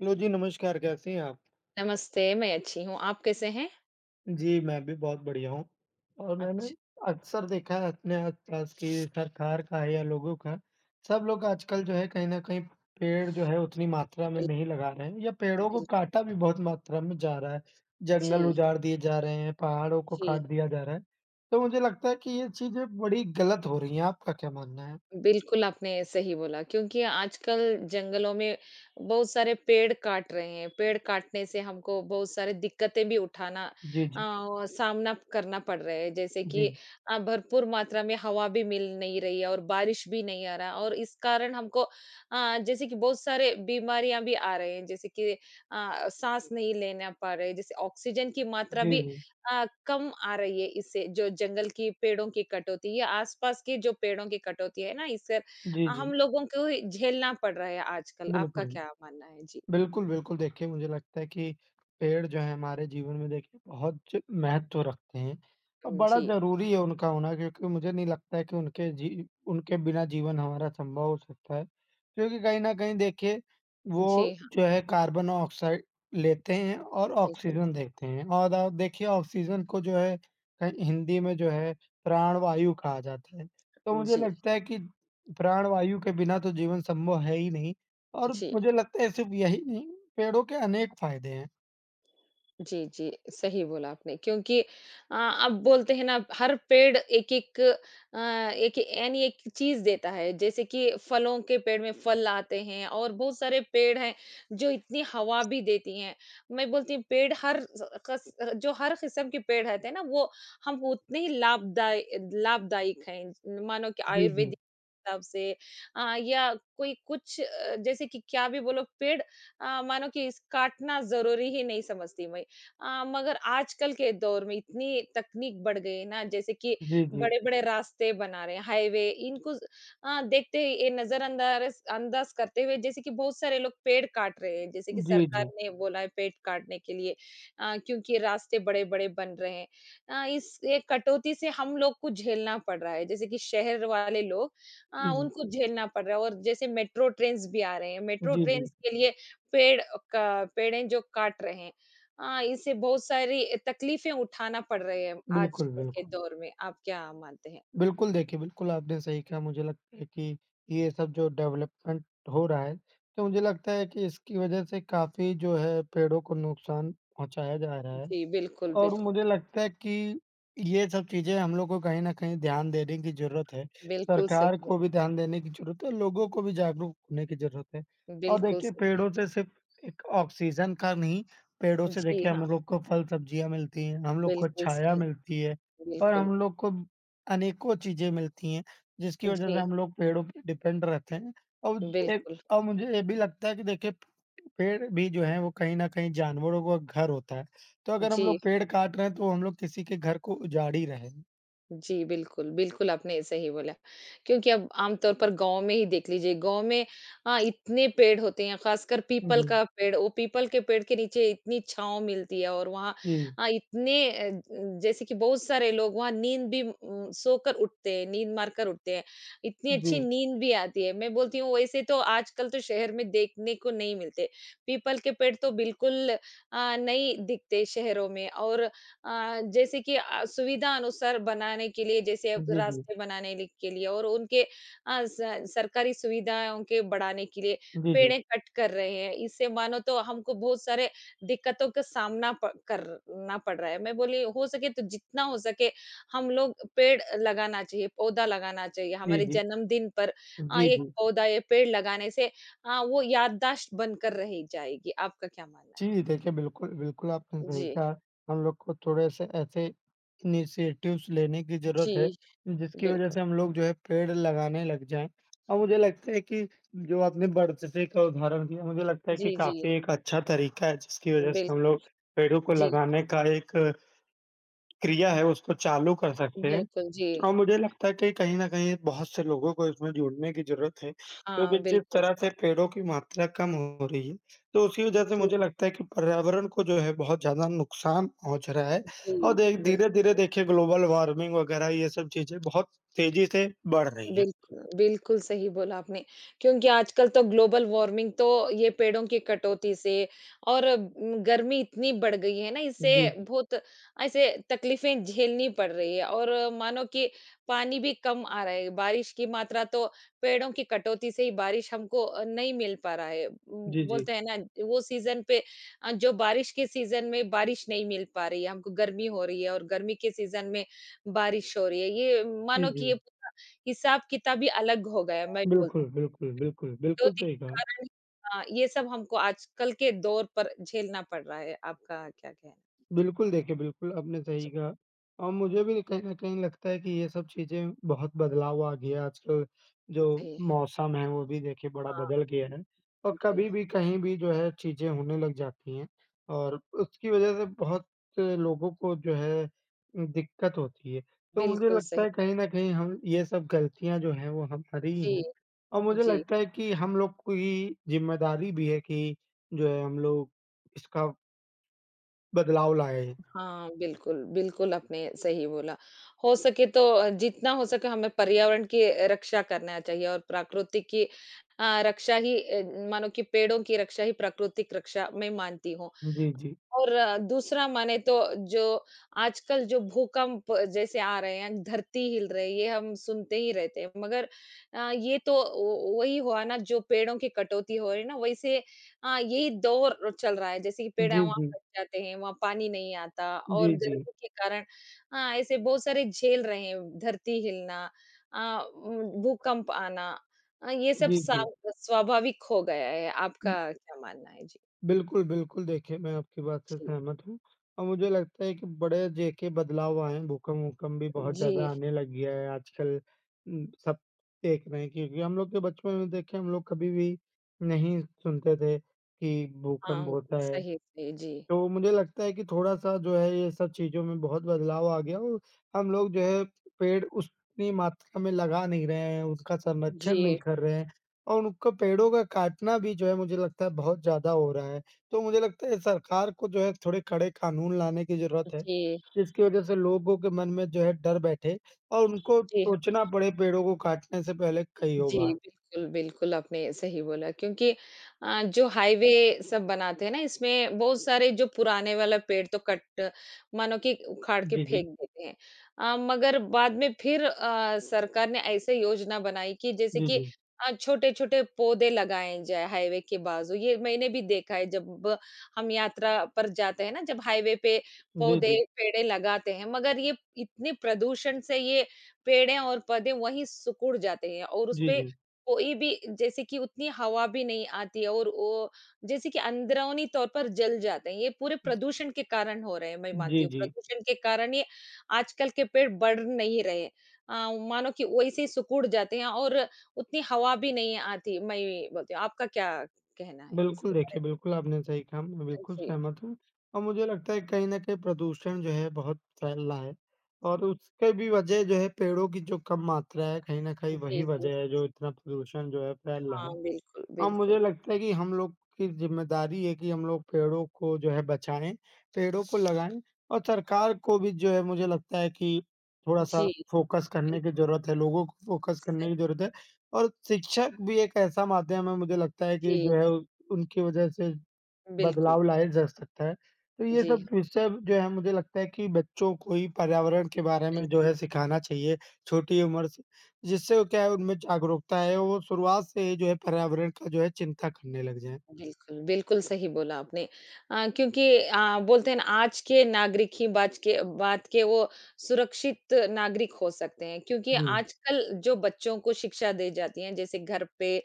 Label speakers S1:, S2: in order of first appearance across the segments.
S1: Hello जी, नमस्कार कैसे हैं आप?
S2: नमस्ते, मैं अच्छी हूँ। आप कैसे हैं?
S1: जी, मैं भी बहुत बढ़िया हूँ। और मैंने
S2: अच्छा,
S1: अक्सर देखा है अपने आस-पास की सरकार का है या लोगों का, सब लोग आजकल जो है कहीं न कहीं पेड़ जो है उतनी मात्रा में
S2: बिल्कुल,
S1: नहीं लगा रहे हैं या पेड़ों को
S2: बिल्कुल।
S1: काटा भी बहुत मात्रा में जा रहा है।
S2: जी,
S1: जंगल उजाड़ दिए जा रहे हैं, पहाड़ों को
S2: जी।
S1: काट दिया जा रहा है। तो मुझे लगता है कि ये चीज़ें बड़ी गलत हो रही हैं, आपका क्या मानना है?
S2: बिल्कुल, आपने सही बोला क्योंकि आजकल जंगलों में बहुत सारे पेड़ काट रहे हैं। पेड़ काटने से हमको बहुत सारी दिक्कतें भी उठाना
S1: जी, जी।
S2: अ, सामना करना पड़ रहा है। जैसे कि
S1: जी।
S2: भरपूर मात्रा में हवा भी मिल नहीं रही है और बारिश भी नहीं आ रहा और इस कारण हमको जैसे कि बहुत सारे बीमारियाँ भी आ रहे हैं। जैसे कि साँस नहीं लेना पा रहे, जैसे ऑक्सीजन की मात्रा
S1: जी,
S2: भी
S1: जी।
S2: कम आ रही है इससे जो जंगल की पेड़ों की कटौती या आसपास के जो पेड़ों की कटौती है ना इससे
S1: जी,
S2: हम
S1: जी।
S2: लोगों को ही झेलना पड़ रहा है आजकल। आपका
S1: बिल्कुल।
S2: क्या मानना है? जी,
S1: बिल्कुल, बिल्कुल। देखिए, मुझे लगता है कि पेड़ जो हैं हमारे जीवन में देखिए बहुत ज महत्व रखते हैं और बड़ा
S2: जी,
S1: ज़रूरी है उनका होना, क्योंकि मुझे नहीं लगता है कि उनके उनके बिना जीवन हमारा संभव हो सकता है। क्योंकि कहीं न कहीं देखिए
S2: जी
S1: वो
S2: हाँ,
S1: जो है कार्बन ऑक्साइड लेते हैं और
S2: बिल्कुल।
S1: ऑक्सीजन देते हैं, और आप देखिए ऑक्सीजन को जो है कहीं हिंदी में जो है प्राणवायु कहा जाता है। तो मुझे
S2: जी,
S1: लगता है कि प्राणवायु के बिना तो जीवन संभव है ही नहीं। और
S2: जी।
S1: मुझे लगता है सिर्फ़ यही नहीं, पेड़ों के अनेक फ़ायदे हैं।
S2: जी, जी, सही बोला आपने क्योंकि अ, अब बोलते हैं ना हर पेड़ एक-एक अ, एक यानी एक चीज़ देता है, जैसे कि फलों के पेड़ में फल आते हैं और बहुत सारे पेड़ हैं जो इतनी हवा भी देती हैं। मैं बोलती हूँ पेड़ हर कस जो हर किस्म के पेड़ रहते हैं ना वो हम उतने ही लाभदायक हैं। मानो कि
S1: जी, जी।
S2: आयुर्वेदिक हिसाब से या कोई कुछ जैसे कि क्या भी बोलो पेड़ मानो कि इस काटना ज़रूरी ही नहीं समझती मैं। मगर आजकल के दौर में इतनी तकनीक बढ़ गई है ना जैसे कि
S1: जी, जी।
S2: बड़े-बड़े रास्ते बना रहे हैं, हाईवे इनको देखते ही ये नज़रअंदाज अंदाज करते हुए जैसे कि बहुत सारे लोग पेड़ काट रहे हैं, जैसे कि
S1: जी,
S2: सरकार
S1: जी।
S2: ने बोला है पेड़ काटने के लिए क्योंकि रास्ते बड़े-बड़े बन रहे हैं। इस एक कटौती से हम लोग को झेलना पड़ रहा है, जैसे कि शहर वाले लोग
S1: जी, जी।
S2: उनको झेलना पड़ रहा है और जैसे मेट्रो ट्रेन्स भी आ रहे हैं, मेट्रो
S1: जी, जी।
S2: ट्रेन्स के लिए पेड़ का पेड़ें जो काट रहे हैं। हाँ, इसे बहुत सारी तकलीफ़ें उठाना पड़ रही है
S1: बिल्कुल,
S2: आजकल के
S1: बिल्कुल।
S2: दौर में। आप क्या मानते हैं?
S1: बिल्कुल, देखिए बिल्कुल आपने सही कहा, मुझे लगता है कि ये सब जो डेवलपमेंट हो रहा है, तो मुझे लगता है कि इसकी वज़ह से काफ़ी जो है पेड़ों को नुकसान पहुँचाया जा रहा है।
S2: जी, बिल्कुल,
S1: और
S2: बिल्कुल।
S1: मुझे लगता है कि ये सब चीज़ें हम लोग को कहीं न कहीं ध्यान देने की ज़रूरत है।
S2: बिल्कुल सही
S1: सरकार
S2: है।
S1: को भी ध्यान देने की ज़रूरत है, लोगों को भी जागरूक होने की ज़रूरत है। और
S2: बिल्कुल
S1: देखिए
S2: सही।
S1: पेड़ों से सिर्फ़ एक ऑक्सीजन का नहीं, पेड़ों से
S2: जी
S1: देखिए हम
S2: हाँ,
S1: लोग को फल-सब्जियाँ मिलती हैं, हम लोग को
S2: बिल्कुल
S1: छाया
S2: सही।
S1: मिलती है और
S2: बिल्कुल।
S1: हम लोग को अनेकों चीज़ें मिलती हैं, जिसकी वज़ह से
S2: जी,
S1: हम लोग पेड़ों पे डिपेंड रहते हैं। और एक
S2: बिल्कुल।
S1: और मुझे ये भी लगता है कि देखिए पेड़ भी जो हैं वो कहीं न कहीं जानवरों का घर होता है। तो अगर हम
S2: जी।
S1: लोग पेड़ काट रहे हैं, तो हम लोग किसी के घर को उजाड़ ही रहे हैं।
S2: जी, बिल्कुल, बिल्कुल आपने सही बोला, क्योंकि अब आम तौर पर गाँव में ही देख लीजिए, गाँव में इतने पेड़ होते हैं, खासकर पीपल
S1: जी,
S2: का पेड़, वो पीपल के पेड़ के नीचे इतनी छाँव मिलती है और वहाँ
S1: जी,
S2: इतने जैसे कि बहुत सारे लोग वहाँ नींद भी सोकर उठते हैं, नींद मारकर उठते हैं, इतनी अच्छी
S1: जी,
S2: नींद भी आती है। मैं बोलती हूँ वैसे तो आजकल तो शहर में देखने को नहीं मिलते, पीपल के पेड़ तो बिल्कुल नहीं दिखते शहरों में और जैसे कि सुविधा अनुसार बनाने के लिए जैसे अब
S1: जी, जी, जी,
S2: रास्ते बनाने के लिए और उनके सरकारी सुविधाओं के बढ़ाने के लिए
S1: जी, जी,
S2: पेड़े कट कर रहे हैं इससे मानो तो हमको बहुत सारे दिक्कतों का करना पड़ रहा है। मैं बोली हो सके तो जितना हो सके हम लोग पेड़ लगाना चाहिए, पौधा लगाना चाहिए। हमारे
S1: जी,
S2: जन्मदिन पर
S1: जी,
S2: एक
S1: जी।
S2: पौधा या पेड़ लगाने से वो याददाश्त बनकर रह जाएगी। आपका क्या मानना है?
S1: जी, देखिए बिल्कुल, बिल्कुल आपने सही
S2: जी,
S1: कहा। हम लोग को थोड़े से ऐसे इनिशिएटिव्स लेने की
S2: जी,
S1: ज़रूरत है, जिसकी वज़ह
S2: बिल्कुल।
S1: से हम लोग जो है पेड़ लगाने लग जाएँ। और मुझे लगता है कि जो आपने बढ़ते का उदाहरण दिया, मुझे लगता है
S2: जी,
S1: कि
S2: जी,
S1: काफ़ी एक अच्छा तरीका है, जिसकी वज़ह से हम
S2: बिल्कुल,
S1: लोग पेड़ों को
S2: जी,
S1: लगाने का एक क्रिया है उसको चालू कर सकते हैं।
S2: बिल्कुल, जी।
S1: और मुझे लगता है कि कहीं न कहीं बहुत से लोगों को इसमें जुड़ने की ज़रूरत है, क्योंकि
S2: हाँ,
S1: जिस
S2: बिल्कुल।
S1: तरह से पेड़ों की मात्रा कम हो रही है, तो उसी वजह से
S2: जी,
S1: मुझे लगता है कि पर्यावरण को जो है बहुत ज़्यादा नुकसान पहुँच रहा है,
S2: जी,
S1: और दे
S2: बिल्कुल।
S1: धीरे-धीरे देखिए ग्लोबल वार्मिंग वग़ैरह ये सब चीज़ें बहुत तेज़ी से बढ़ रही हैं।
S2: बिल्कुल, बिल्कुल सही बोला आपने, क्योंकि आजकल तो ग्लोबल वार्मिंग तो ये पेड़ों की कटौती से और गर्मी इतनी बढ़ गई है ना, इससे
S1: जी।
S2: बहुत ऐसे तकलीफ़ें झेलनी पड़ रही है और मानो कि पानी भी कम आ रहा है, बारिश की मात्रा तो पेड़ों की कटौती से ही बारिश हमको नहीं मिल पा रहा है।
S1: जी, जी।
S2: बोलते हैं ना, वो सीज़न पे जो बारिश के सीज़न में बारिश नहीं मिल पा रही है, हमको गर्मी हो रही है और गर्मी के सीज़न में बारिश हो रही है। ये
S1: जी,
S2: मानो कि
S1: जी।
S2: ये हिसाब-किताब ही अलग हो गया है, मैं बोलती
S1: बिल्कुल,
S2: हूँ।
S1: बिल्कुल, बिल्कुल,
S2: तो
S1: बिल्कुल
S2: के
S1: सही कहा।
S2: कारण ये सब हमको आजकल के दौर पर झेलना पड़ रहा है। आपका क्या कहना है?
S1: बिल्कुल, देखिए बिल्कुल, आपने सही कहा, और मुझे भी कहीं न कहीं लगता है कि ये सब चीज़ें बहुत बदलाव आ गया है आजकल। जो
S2: जी।
S1: मौसम है वो भी देखिए बड़ा बदल गया है, और कभी भी कहीं भी जो है चीज़ें होने लग जाती हैं, और उसकी वज़ह से बहुत लोगों को जो है दिक्कत होती है। तो मुझे
S2: बिल्कुल
S1: लगता
S2: सही। हाँ, बिल्कुल, बिल्कुल सही।
S1: है कहीं न कहीं हम ये सब गलतियाँ जो हैं वो हमारी ही
S2: जी,
S1: हैं, और मुझे
S2: जी।
S1: लगता है कि हम लोग की ज़िम्मेदारी भी है कि जो है हम लोग इसका बदलाव लाएँ।
S2: हाँ, बिल्कुल, बिल्कुल आपने सही बोला। हो सके तो जितना हो सके हमें पर्यावरण की रक्षा करना चाहिए और प्रकृति की अ, रक्षा ही अ, मानो कि पेड़ों की रक्षा ही प्राकृतिक रक्षा मैं मानती हूँ।
S1: जी, जी।
S2: और दूसरा माने तो जो आजकल जो भूकंप जैसे आ रहे हैं, धरती हिल रही है, ये हम सुनते ही रहते हैं। मगर ये तो व वही हुआ ना जो पेड़ों की कटौती हो रही है ना, वैसे यही दौर चल रहा है। जैसे कि पेड़
S1: जी,
S2: वहाँ
S1: जी।
S2: कट जाते हैं, वहाँ पानी नहीं आता और
S1: जी, जी।
S2: गर्मी के कारण ऐसे बहुत सारे झेल रहे हैं, धरती हिलना भूकंप आना ये सब
S1: जी,
S2: सा
S1: जी।
S2: स्वाभाविक हो गया है।
S1: उम,
S2: आपका क्या मानना है? जी,
S1: बिल्कुल, बिल्कुल देखिए मैं आपकी बात से
S2: जी,
S1: सहमत हूँ, और मुझे लगता है कि बड़े देखिए बदलाव आए हैं, भूकंप-वूकंप भी बहुत
S2: जी।
S1: ज़्यादा आने लग गया है आजकल। सब देख रहे हैं, क्योंकि हम लोग के बचपन में देखिए हम लोग कभी भी नहीं सुनते थे कि भूकंप
S2: हाँ,
S1: होता है।
S2: सही, सही, जी।
S1: तो मुझे लगता है कि थोड़ा-सा जो है ये सब चीज़ों में बहुत बदलाव आ गया, और हम लोग जो है पेड़ उतनी मात्रा में लगा नहीं रहे हैं, उसका
S2: जी,
S1: संरक्षण नहीं कर रहे हैं, और उनको पेड़ों का काटना भी जो है मुझे लगता है बहुत ज़्यादा हो रहा है। तो मुझे लगता है सरकार को जो है थोड़े कड़े कानून लाने की ज़रूरत है,
S2: जी,
S1: जिसकी वज़ह से लोगों के मन में जो है डर बैठे, और उनको
S2: जी,
S1: सोचना पड़े पेड़ों को काटने से पहले कईयों
S2: जी,
S1: बार।
S2: बिल्कुल, बिल्कुल, आपने सही बोला क्योंकि जो हाईवे सब बनाते हैं ना, इसमें बहुत सारे जो पुराने वाला पेड़ तो कट मानो कि उखाड़ के
S1: जी, जी।
S2: फेंक देते हैं। मगर बाद में फिर सरकार ने ऐसे योजना बनाई कि जैसे
S1: जी,
S2: कि
S1: जी।
S2: छोटे-छोटे पौधे लगाए जाएँ हाईवे के बाजू। ये मैंने भी देखा है जब हम यात्रा पर जाते हैं ना, जब हाईवे पे
S1: जी,
S2: पौधे,
S1: जी।
S2: पेड़ें लगाते हैं, मगर ये इतने प्रदूषण से ये पेड़ें और पौधे वहीं सिकुड़ जाते हैं और
S1: जी,
S2: उसपे
S1: जी।
S2: कोई भी जैसे कि उतनी हवा भी नहीं आती है और वो जैसे कि अंदरूनी तौर पर जल जाते हैं। ये पूरे प्रदूषण के कारण हो रहे हैं, मैं मानती
S1: जी,
S2: हूँ।
S1: जी।
S2: प्रदूषण के कारण ये आजकल के पेड़ बढ़ नहीं रहे। मानो कि वैसे ही सिकुड़ जाते हैं और उतनी हवा भी नहीं आती, मैं ये बोलती हूँ। आपका क्या कहना है
S1: बिल्कुल,
S2: इसके बारे
S1: देखिए बिल्कुल आपने सही कहा, मैं
S2: में?
S1: बिल्कुल
S2: जी,
S1: सहमत हूँ। और मुझे लगता है कहीं न कहीं प्रदूषण जो है बहुत फैल रहा है, और उसके भी वजह जो है पेड़ों की जो कम मात्रा है, कहीं न कहीं वही
S2: जी, जी।
S1: वजह है जो इतना प्रदूषण जो है फैल रहा है।
S2: हाँ, बिल्कुल,
S1: हाँ,
S2: बिल्कुल।
S1: मुझे लगता है कि हम लोग की ज़िम्मेदारी है कि हम लोग पेड़ों को जो है बचाएँ, पेड़ों को लगाएँ, और सरकार को भी जो है मुझे लगता है कि थोड़ा-सा
S2: जी,
S1: फ़ोकस करने की
S2: बिल्कुल,
S1: ज़रूरत है, लोगों को फ़ोकस करने
S2: सही।
S1: की ज़रूरत है, और शिक्षक भी एक ऐसा माध्यम है मुझे लगता है कि
S2: जी,
S1: जो है उनकी वज़ह से
S2: बिल्कुल।
S1: बदलाव लाया जा सकता है। तो ये
S2: जी,
S1: सब विषय जो है मुझे लगता है कि बच्चों को ही पर्यावरण के बारे में जो
S2: बिल्कुल।
S1: है सिखाना चाहिए छोटी उम्र से, जिससे वो क्या है उनमें जागरूकता है वो शुरुआत से ही जो है पर्यावरण का जो है चिंता करने लग जाएँ।
S2: बिल्कुल, बिल्कुल सही बोला आपने। क्योंकि बोलते हैं ना आज के नागरिक ही बाच के बात के वो सुरक्षित नागरिक हो सकते हैं क्योंकि
S1: जी,
S2: आजकल जो बच्चों को शिक्षा दी जाती है जैसे घर पे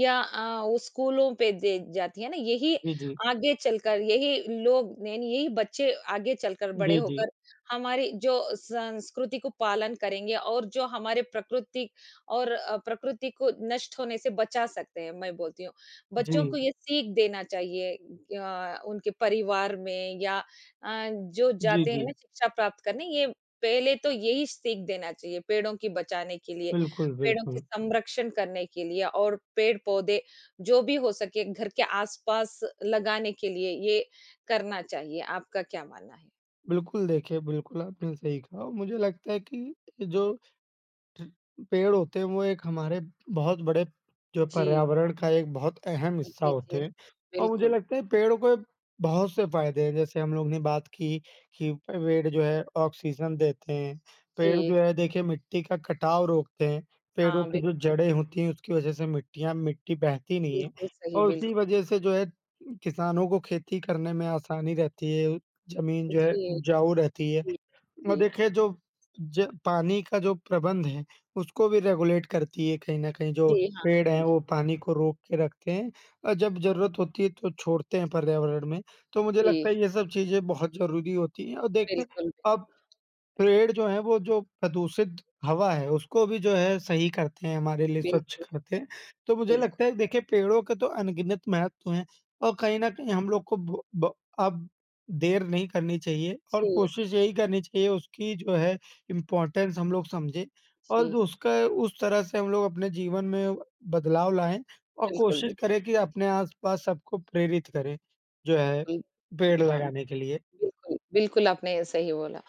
S2: या वो स्कूलों पे दी जाती है ना, यही
S1: जी, जी।
S2: आगे चलकर यही लोग ने यही बच्चे आगे चलकर बड़े
S1: जी, जी।
S2: होकर हमारी जो संस्कृति को पालन करेंगे और जो हमारे प्रकृति और प्रकृति को नष्ट होने से बचा सकते हैं, मैं बोलती हूँ। बच्चों को
S1: जी।
S2: ये सीख देना चाहिए उनके परिवार में या जो
S1: जी,
S2: जाते हैं ना
S1: जी।
S2: शिक्षा प्राप्त करने ये पहले तो यही सीख देना चाहिए पेड़ों की बचाने के लिए,
S1: बिल्कुल,
S2: पेड़ों की
S1: बिल्कुल।
S2: संरक्षण करने के लिए और पेड़-पौधे जो भी हो सके घर के आस-पास लगाने के लिए ये करना चाहिए। आपका क्या मानना है?
S1: बिल्कुल देखिए, बिल्कुल आपने सही कहा, और मुझे लगता है कि जो पेड़ होते हैं वो एक हमारे बहुत बड़े जो
S2: जी,
S1: पर्यावरण का एक बहुत अहम हिस्सा
S2: जी, जी।
S1: होते हैं। और मुझे
S2: बिल्कुल,
S1: लगता है पेड़ों के बहुत से फायदे हैं, जैसे हम लोग ने बात की कि पेड़ जो है ऑक्सीजन देते हैं,
S2: जी।
S1: पेड़ जो है देखिए मिट्टी का कटाव रोकते हैं, पेड़ों
S2: हाँ,
S1: की जो
S2: बिल्कुल,
S1: जड़ें होती हैं उसकी वजह से मिट्टियां मिट्टी बहती नहीं है,
S2: बिल्कुल सही,
S1: और उसी
S2: बिल्कुल।
S1: वजह से जो है किसानों को खेती करने में आसानी रहती है, जमीन जो है
S2: जी,
S1: उपजाऊ रहती है,
S2: जी,
S1: और
S2: जी।
S1: देखिए जो ज पानी का जो प्रबंध है, उसको भी रेगुलेट करती है। कहीं न कहीं जो
S2: जी, हाँ,
S1: पेड़ हैं
S2: जी,
S1: वो पानी को रोक के रखते हैं, और जब ज़रूरत होती है तो छोड़ते हैं पर्यावरण में। तो मुझे
S2: जी।
S1: लगता है ये सब चीज़ें बहुत ज़रूरी होती हैं, और देखिए
S2: बिल्कुल,
S1: अब पेड़ जो हैं वो जो प्रदूषित हवा है उसको भी जो है सही करते हैं, हमारे लिए स्वच्छ
S2: बिल्कुल,
S1: करते हैं। तो मुझे
S2: बिल्कुल।
S1: लगता है देखिए पेड़ों के तो अनगिनत महत्व हैं, और कहीं न कहीं हम लोग को ब ब अब देर नहीं करनी चाहिए, और
S2: जी,
S1: कोशिश यही करनी चाहिए उसकी जो है इम्पोर्टेंस हम लोग समझें, और
S2: जी।
S1: जो उसका उस तरह से हम लोग अपने जीवन में बदलाव लाएँ, और
S2: बिल्कुल,
S1: कोशिश करें कि अपने आस-पास सबको प्रेरित करें, जो है
S2: बिल्कुल।
S1: पेड़
S2: हाँ,
S1: लगाने के लिए।
S2: बिल्कुल, बिल्कुल आपने सही बोला।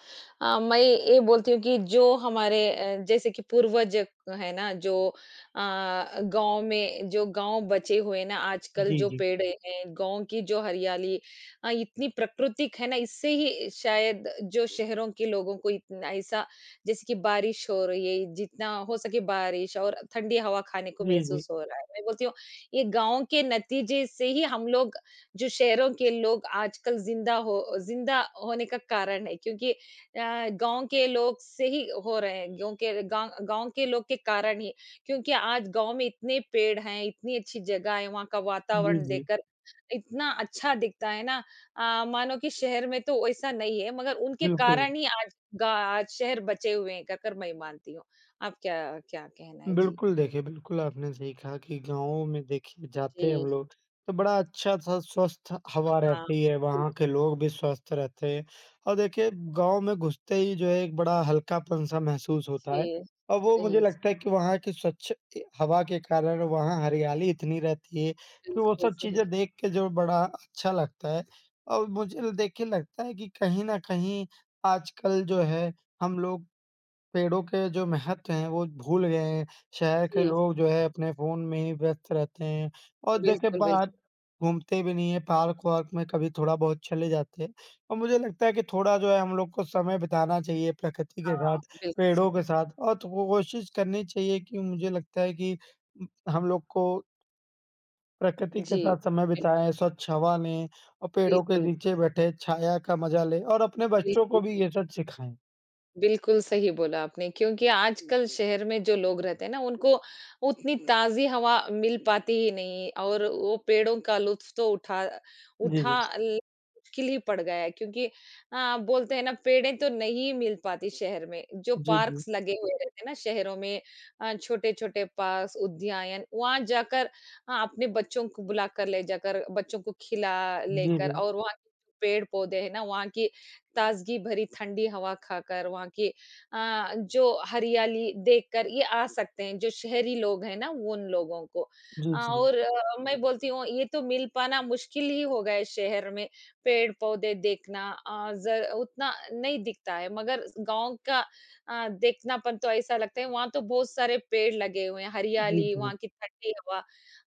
S2: मैं ये बोलती हूँ कि जो हमारे जैसे कि पूर्वज है ना जो अ, गाँव में जो गाँव बचे हुए ना आजकल
S1: जी,
S2: जो
S1: जी।
S2: पेड़ हैं, गाँव की जो हरियाली इतनी प्राकृतिक है ना इससे ही शायद जो शहरों के लोगों को इतना ऐसा जैसे कि बारिश हो रही है, जितना हो सके बारिश और ठंडी हवा खाने को
S1: जी, जी।
S2: महसूस हो रहा है। मैं बोलती हूँ ये गाँव के नतीजे से ही हम लोग जो शहरों के लोग आजकल ज़िंदा होने का कारण है क्योंकि गाँव के लोग से ही हो रहे हैं, गाँव के लोग के कारण ही। क्योंकि आज गाँव में इतने पेड़ हैं, इतनी अच्छी जगह है, वहाँ का
S1: जी,
S2: वातावरण
S1: जी।
S2: देखकर इतना अच्छा दिखता है ना मानो कि शहर में तो वैसा नहीं है, मगर उनके
S1: बिल्कुल,
S2: कारण ही गा आज शहर बचे हुए हैं, कहकर मैं मानती हूँ। आप क्या क्या कहना है? जी।
S1: बिल्कुल देखिए, बिल्कुल आपने सही कहा कि गाँवों में देखिए जाते हैं हम
S2: जी,
S1: लोग, तो बड़ा अच्छा-सा स्वस्थ हवा
S2: हाँ,
S1: रहती है, वहाँ
S2: बिल्कुल।
S1: के लोग भी स्वस्थ रहते हैं, और देखिए गाँव में घुसते ही जो है एक बड़ा हल्कापन-सा महसूस होता
S2: जी,
S1: है, और वो मुझे
S2: सही,
S1: लगता है कि वहाँ की स्वच्छ हवा के कारण वहाँ हरियाली इतनी रहती है कि वो
S2: बिल्कुल
S1: सब
S2: सही।
S1: चीज़ें देख के जो बड़ा अच्छा लगता है। और मुझे देखिए लगता है कि कहीं न कहीं आजकल जो है हम लोग पेड़ों के जो महत्व हैं, वो भूल गए हैं। शहर के
S2: जी।
S1: लोग जो है अपने फ़ोन में ही व्यस्त रहते हैं, और देखिए
S2: बिल्कुल,
S1: बाहर
S2: बिल्कुल।
S1: घूमते भी नहीं हैं, पार्क-वार्क में कभी थोड़ा बहुत चले जाते हैं। और मुझे लगता है कि थोड़ा जो है हम लोग को समय बिताना चाहिए प्रकृति के
S2: हाँ।
S1: साथ,
S2: बिल्कुल,
S1: पेड़ों के
S2: बिल्कुल।
S1: साथ, और तो कोशिश करनी चाहिए कि मुझे लगता है कि उम, हम लोग को प्रकृति के
S2: जी,
S1: साथ समय
S2: बिल
S1: बिताएँ, स्वच्छ हवा लें, और पेड़ों के
S2: बिल्कुल,
S1: नीचे बैठे, छाया का मज़ा लें, और अपने बच्चों
S2: बिल्कुल
S1: को भी
S2: सही।
S1: ये सब सिखाएँ।
S2: बिल्कुल सही बोला आपने क्योंकि जी, आजकल जी। शहर में जो लोग रहते हैं ना, उनको उतनी ताज़ी हवा मिल पाती ही नहीं और वो पेड़ों का लुत्फ़ तो उठा
S1: जी, जी।
S2: उठा ल मुश्किल ही पड़ गया है क्योंकि बोलते हैं ना पेड़ें तो नहीं मिल पाती शहर में। जो
S1: जी, जी।
S2: पार्क्स लगे हुए रहते हैं ना शहरों में छोटे-छोटे पार्क्स, उद्यान वहाँ जाकर अपने बच्चों को बुलाकर ले जाकर बच्चों को खिला
S1: जी,
S2: लेकर
S1: जी।
S2: और वहाँ पेड़-पौधे हैं ना, वहाँ की ताज़गी भरी ठंडी हवा खाकर, वहाँ की जो हरियाली देखकर ये आ सकते हैं, जो शहरी लोग हैं ना, वो उन लोगों को।
S1: जी,
S2: अ,
S1: जी।
S2: और अ, मैं बोलती हूँ ये तो मिल पाना मुश्किल ही हो गया है शहर में, पेड़-पौधे देखना अ, ज़र उतना नहीं दिखता है, मगर गाँव का देखनापन तो ऐसा लगता है, वहाँ तो बहुत सारे पेड़ लगे हुए हैं,
S1: जी,
S2: हरियाली,
S1: जी।
S2: वहाँ की ठंडी हवा।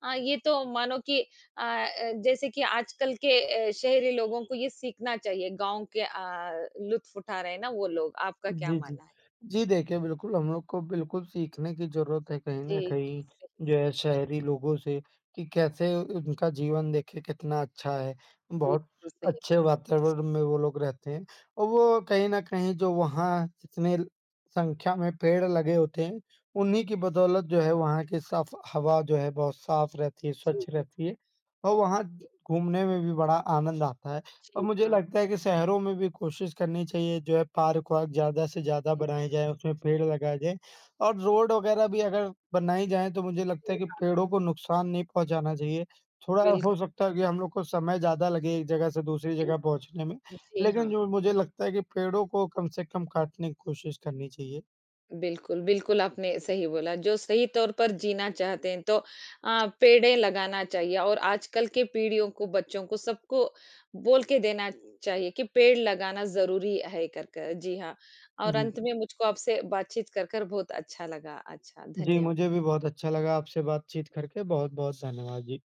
S2: ये तो मानो कि जैसे कि आजकल के शहरी लोगों को ये सीखना चाहिए, गाँव के लुत्फ़ उठा रहे हैं ना वो लोग, आपका क्या
S1: जी, जी।
S2: मानना है?
S1: जी, देखिए बिल्कुल हम लोग को बिल्कुल सीखने की ज़रूरत है कहीं
S2: जी,
S1: न कहीं
S2: सही,
S1: जो
S2: सही,
S1: है शहरी लोगों से कि कैसे उनका जीवन देखिए कितना अच्छा है। बहुत
S2: बिल्कुल सही।
S1: अच्छे वातावरण में वो लोग रहते हैं, और वो कहीं न कहीं जो वहाँ संख्या में पेड़ लगे होते हैं, उन्हीं की बदौलत जो है वहाँ की साफ हवा जो है बहुत साफ रहती है,
S2: जी,
S1: स्वच्छ रहती है, और वहाँ घूमने में भी बड़ा आनंद आता है। और
S2: जी,
S1: मुझे
S2: हाँ।
S1: लगता है कि शहरों में भी कोशिश करनी चाहिए जो है पार्क-वार्क ज़्यादा से ज़्यादा
S2: जी
S1: बनाए जाएँ, उसमें पेड़ लगाए जाएँ, और रोड वगैरह भी अगर बनाई जाए तो मुझे लगता है कि
S2: हाँ,
S1: पेड़ों को नुकसान नहीं पहुँचाना चाहिए। थोड़ा हो
S2: बिल्कुल,
S1: सकता है कि हम लोग को समय ज़्यादा लगे एक जगह से दूसरी जगह
S2: बिल्कुल।
S1: पहुँचने में,
S2: जी,
S1: लेकिन
S2: हाँ।
S1: जो मुझे लगता है कि पेड़ों को कम से कम काटने की कोशिश करनी चाहिए।
S2: बिल्कुल, बिल्कुल आपने सही बोला, जो सही तौर पर जीना चाहते हैं तो पेड़ें लगाना चाहिए और आजकल के पीढ़ियों को, बच्चों को, सबको बोल के देना चाहिए कि पेड़ लगाना ज़रूरी है कर कर। जी हाँ, और
S1: जी।
S2: अंत में मुझको आपसे बातचीत कर कर बहुत अच्छा लगा। अच्छा,
S1: जी,
S2: धन्यवाद।
S1: मुझे भी बहुत अच्छा लगा आपसे बातचीत करके। बहुत-बहुत धन्यवाद जी।